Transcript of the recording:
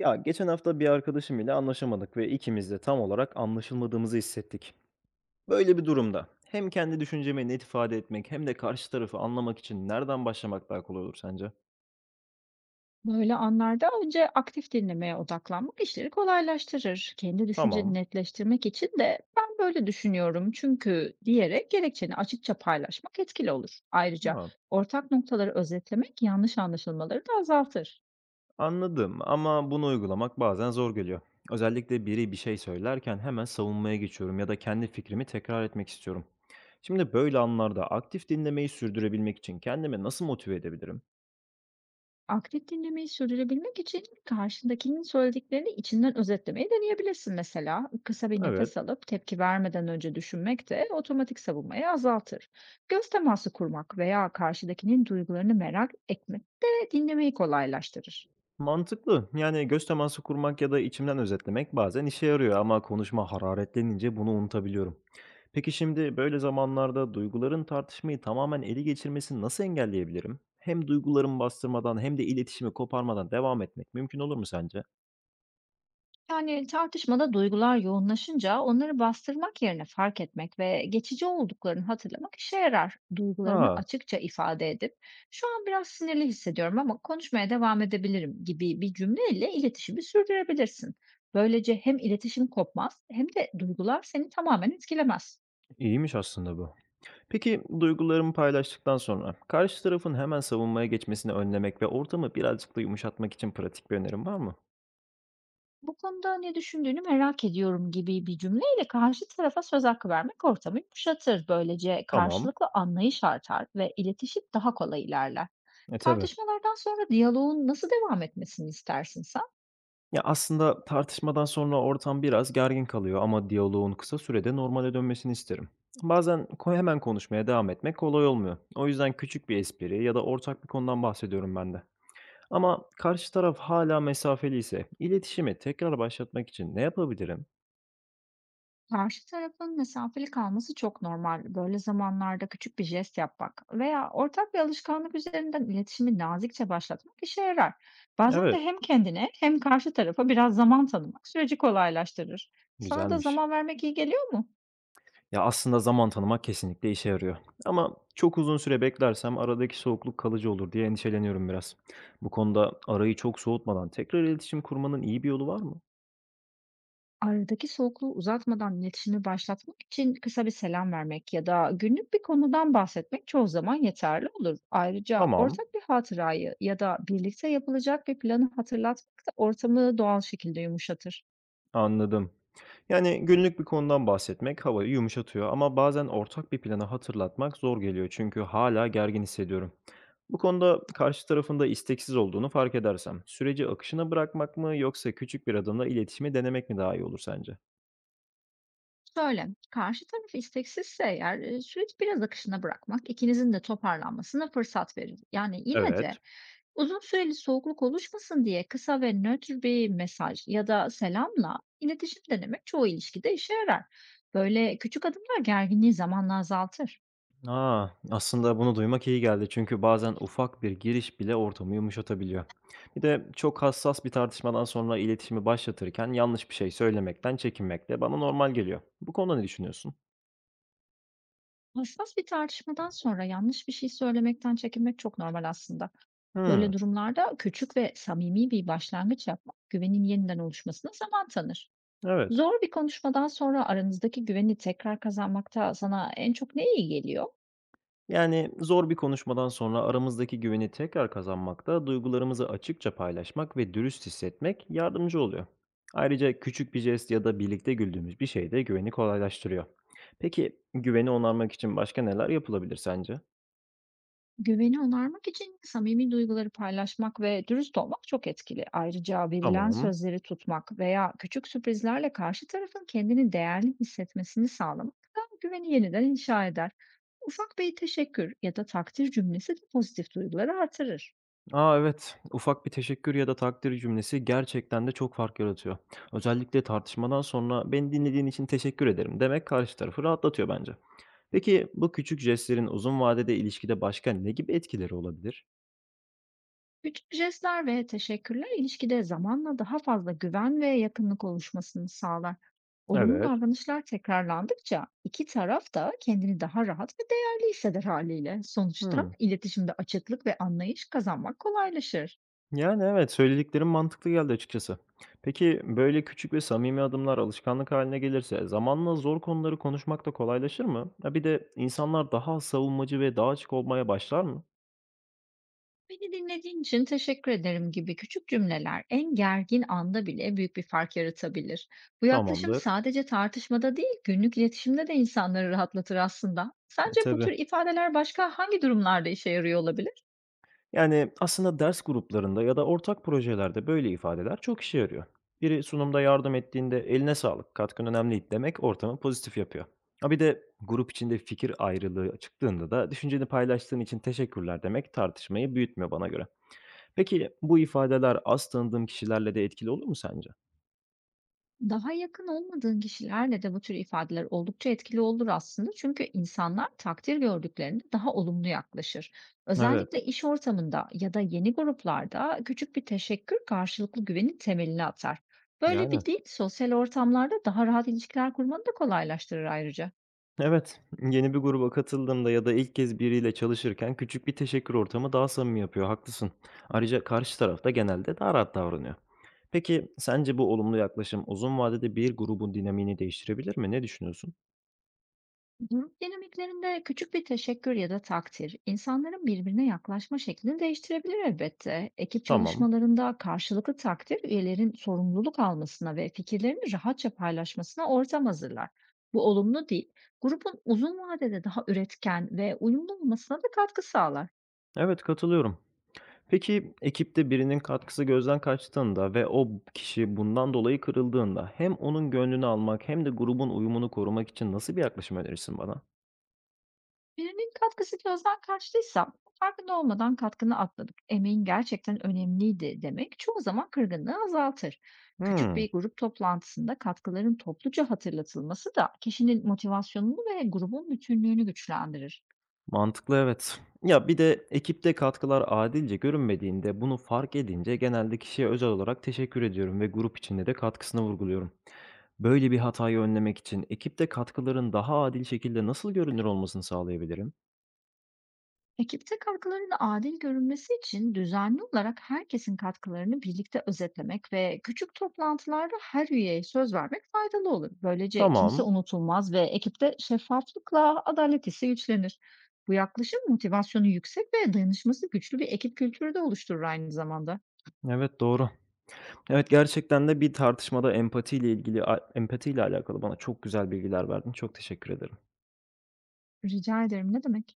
Ya geçen hafta bir arkadaşım ile anlaşamadık ve ikimiz de tam olarak anlaşılmadığımızı hissettik. Böyle bir durumda hem kendi düşüncemi net ifade etmek hem de karşı tarafı anlamak için nereden başlamak daha kolay olur sence? Böyle anlarda önce aktif dinlemeye odaklanmak işleri kolaylaştırır. Kendi düşünceni Tamam. netleştirmek için de ben böyle düşünüyorum çünkü diyerek gerekçeni açıkça paylaşmak etkili olur. Ayrıca Ha, ortak noktaları özetlemek yanlış anlaşılmaları da azaltır. anladım ama bunu uygulamak bazen zor geliyor. Özellikle biri bir şey söylerken hemen savunmaya geçiyorum ya da kendi fikrimi tekrar etmek istiyorum. Şimdi böyle anlarda aktif dinlemeyi sürdürebilmek için kendimi nasıl motive edebilirim? Aktif dinlemeyi sürdürebilmek için karşındakinin söylediklerini içinden özetlemeyi deneyebilirsin mesela. Kısa bir Evet. nefes alıp tepki vermeden önce düşünmek de otomatik savunmayı azaltır. Göz teması kurmak veya karşıdakinin duygularını merak etmek de dinlemeyi kolaylaştırır. Mantıklı. Yani göz teması kurmak ya da içimden özetlemek bazen işe yarıyor ama konuşma hararetlenince bunu unutabiliyorum. Peki şimdi böyle zamanlarda duyguların tartışmayı tamamen ele geçirmesini nasıl engelleyebilirim? Hem duygularımı bastırmadan hem de iletişimi koparmadan devam etmek mümkün olur mu sence? Yani tartışmada duygular yoğunlaşınca onları bastırmak yerine fark etmek ve geçici olduklarını hatırlamak işe yarar. Duygularını Aa, açıkça ifade edip şu an biraz sinirli hissediyorum ama konuşmaya devam edebilirim gibi bir cümleyle iletişimi sürdürebilirsin. Böylece hem iletişim kopmaz hem de duygular seni tamamen etkilemez. iyiymiş aslında bu. Peki duygularımı paylaştıktan sonra karşı tarafın hemen savunmaya geçmesini önlemek ve ortamı birazcık da yumuşatmak için pratik bir önerim var mı? Bu konuda ne düşündüğünü merak ediyorum gibi bir cümleyle karşı tarafa söz hakkı vermek ortamı yumuşatır. Böylece Tamam. karşılıklı anlayış artar ve iletişim daha kolay ilerler. E tabii. Tartışmalardan sonra diyaloğun nasıl devam etmesini istersin sen? Ya, aslında tartışmadan sonra ortam biraz gergin kalıyor ama diyaloğun kısa sürede normale dönmesini isterim. Bazen hemen konuşmaya devam etmek kolay olmuyor. O yüzden küçük bir espri ya da ortak bir konudan bahsediyorum ben de. Ama karşı taraf hâlâ mesafeliyse iletişimi tekrar başlatmak için ne yapabilirim? Karşı tarafın mesafeli kalması çok normal. Böyle zamanlarda küçük bir jest yapmak veya ortak bir alışkanlık üzerinden iletişimi nazikçe başlatmak işe yarar. Bazen de Evet, hem kendine hem karşı tarafa biraz zaman tanımak süreci kolaylaştırır. Sana da güzelmiş. zaman vermek iyi geliyor mu? Ya, aslında zaman tanımak kesinlikle işe yarıyor ama çok uzun süre beklersem aradaki soğukluk kalıcı olur diye endişeleniyorum biraz. Bu konuda arayı çok soğutmadan tekrar iletişim kurmanın iyi bir yolu var mı? Aradaki soğukluğu uzatmadan iletişimi başlatmak için kısa bir selam vermek ya da günlük bir konudan bahsetmek çoğu zaman yeterli olur. Ayrıca Tamam, ortak bir hatırayı ya da birlikte yapılacak bir planı hatırlatmak da ortamı doğal şekilde yumuşatır. anladım. Yani günlük bir konudan bahsetmek havayı yumuşatıyor ama bazen ortak bir planı hatırlatmak zor geliyor çünkü hala gergin hissediyorum. Bu konuda karşı tarafın da isteksiz olduğunu fark edersem, süreci akışına bırakmak mı yoksa küçük bir adımla iletişimi denemek mi daha iyi olur sence? Şöyle, karşı taraf isteksizse eğer, süreci biraz akışına bırakmak ikinizin de toparlanmasına fırsat verir. Yani yine de Evet. uzun süreli soğukluk oluşmasın diye kısa ve nötr bir mesaj ya da selamla iletişim denemek çoğu ilişkide işe yarar. Böyle küçük adımlar gerginliği zamanla azaltır. Aa, aslında bunu duymak iyi geldi çünkü bazen ufak bir giriş bile ortamı yumuşatabiliyor. Bir de çok hassas bir tartışmadan sonra iletişimi başlatırken yanlış bir şey söylemekten çekinmek de bana normal geliyor. Bu konuda ne düşünüyorsun? Hassas bir tartışmadan sonra yanlış bir şey söylemekten çekinmek çok normal aslında. Hımm. Böyle durumlarda küçük ve samimi bir başlangıç yapmak güvenin yeniden oluşmasına zaman tanır. Evet. Zor bir konuşmadan sonra aranızdaki güveni tekrar kazanmakta sana en çok ne iyi geliyor? Yani, zor bir konuşmadan sonra aramızdaki güveni tekrar kazanmakta, duygularımızı açıkça paylaşmak ve dürüst hissetmek yardımcı oluyor. Ayrıca küçük bir jest ya da birlikte güldüğümüz bir şey de güveni kolaylaştırıyor. Peki, güveni onarmak için başka neler yapılabilir sence? Güveni onarmak için samimi duyguları paylaşmak ve dürüst olmak çok etkili. Ayrıca verilen Tamam. sözleri tutmak veya küçük sürprizlerle karşı tarafın kendini değerli hissetmesini sağlamak da güveni yeniden inşa eder. Ufak bir teşekkür ya da takdir cümlesi de pozitif duyguları artırır. A, evet. Ufak bir teşekkür ya da takdir cümlesi gerçekten de çok fark yaratıyor. Özellikle tartışmadan sonra "Beni dinlediğin için teşekkür ederim." demek karşı tarafı rahatlatıyor bence. Peki bu küçük jestlerin uzun vadede ilişkide başka ne gibi etkileri olabilir? Küçük jestler ve teşekkürler ilişkide zamanla daha fazla güven ve yakınlık oluşmasını sağlar. Olumlu Evet. davranışlar tekrarlandıkça iki taraf da kendini daha rahat ve değerli hisseder haliyle. Sonuçta Hımm. iletişimde açıklık ve anlayış kazanmak kolaylaşır. Yani evet, söylediklerim mantıklı geldi açıkçası. Peki böyle küçük ve samimi adımlar alışkanlık haline gelirse zamanla zor konuları konuşmak da kolaylaşır mı? Ha, bir de insanlar daha savunmacı ve daha açık olmaya başlar mı? Beni dinlediğin için teşekkür ederim gibi küçük cümleler en gergin anda bile büyük bir fark yaratabilir. Bu yaklaşım Tamamdır. sadece tartışmada değil, günlük iletişimde de insanları rahatlatır aslında. E, Sence bu tabii. tür ifadeler başka hangi durumlarda işe yarıyor olabilir? Yani, aslında ders gruplarında ya da ortak projelerde böyle ifadeler çok işe yarıyor. Biri sunumda yardım ettiğinde "Eline sağlık, katkın önemli" demek ortamı pozitif yapıyor. Ha, bir de grup içinde fikir ayrılığı çıktığında da "düşünceni paylaştığın için teşekkürler" demek tartışmayı büyütmüyor bana göre. Peki bu ifadeler az tanıdığın kişilerle de etkili olur mu sence? Daha yakın olmadığın kişilerle de bu tür ifadeler oldukça etkili olur aslında. Çünkü insanlar takdir gördüklerinde daha olumlu yaklaşır. Evet, Özellikle iş ortamında ya da yeni gruplarda küçük bir teşekkür karşılıklı güvenin temelini atar. Böyle yani. bir dil sosyal ortamlarda daha rahat ilişkiler kurmanı da kolaylaştırır ayrıca. Evet, yeni bir gruba katıldığımda ya da ilk kez biriyle çalışırken küçük bir teşekkür ortamı daha samimi yapıyor, haklısın. Ayrıca karşı taraf da genelde daha rahat davranıyor. Peki sence bu olumlu yaklaşım uzun vadede bir grubun dinamiğini değiştirebilir mi? Ne düşünüyorsun? Grup dinamiklerinde küçük bir teşekkür ya da takdir, insanların birbirine yaklaşma şeklini değiştirebilir elbette. Ekip Tamam. çalışmalarında karşılıklı takdir, üyelerin sorumluluk almasına ve fikirlerini rahatça paylaşmasına ortam hazırlar. Bu olumlu değil, grubun uzun vadede daha üretken ve uyumlu olmasına da katkı sağlar. Evet, katılıyorum. Peki ekipte birinin katkısı gözden kaçtığında ve o kişi bundan dolayı kırıldığında hem onun gönlünü almak hem de grubun uyumunu korumak için nasıl bir yaklaşım önerirsin bana? Birinin katkısı gözden kaçtıysa farkında olmadan katkını atladık, emeğin gerçekten önemliydi demek çoğu zaman kırgınlığı azaltır. Küçük Hmm. bir grup toplantısında katkıların topluca hatırlatılması da kişinin motivasyonunu ve grubun bütünlüğünü güçlendirir. Mantıklı, evet. Ya, bir de ekipte katkılar adilce görünmediğinde, bunu fark edince genelde kişiye özel olarak teşekkür ediyorum ve grup içinde de katkısını vurguluyorum. Böyle bir hatayı önlemek için ekipte katkıların daha adil şekilde nasıl görünür olmasını sağlayabilirim? Ekipte katkıların adil görünmesi için düzenli olarak herkesin katkılarını birlikte özetlemek ve küçük toplantılarda her üyeye söz vermek faydalı olur. Böylece kimse Tamam. unutulmaz ve ekipte şeffaflıkla adalet hissi güçlenir. Bu yaklaşım motivasyonu yüksek ve dayanışması güçlü bir ekip kültürü de oluşturur aynı zamanda. Evet, doğru. Evet, gerçekten de bir tartışmada empatiyle ilgili empatiyle alakalı bana çok güzel bilgiler verdin. Çok teşekkür ederim. Rica ederim, ne demek?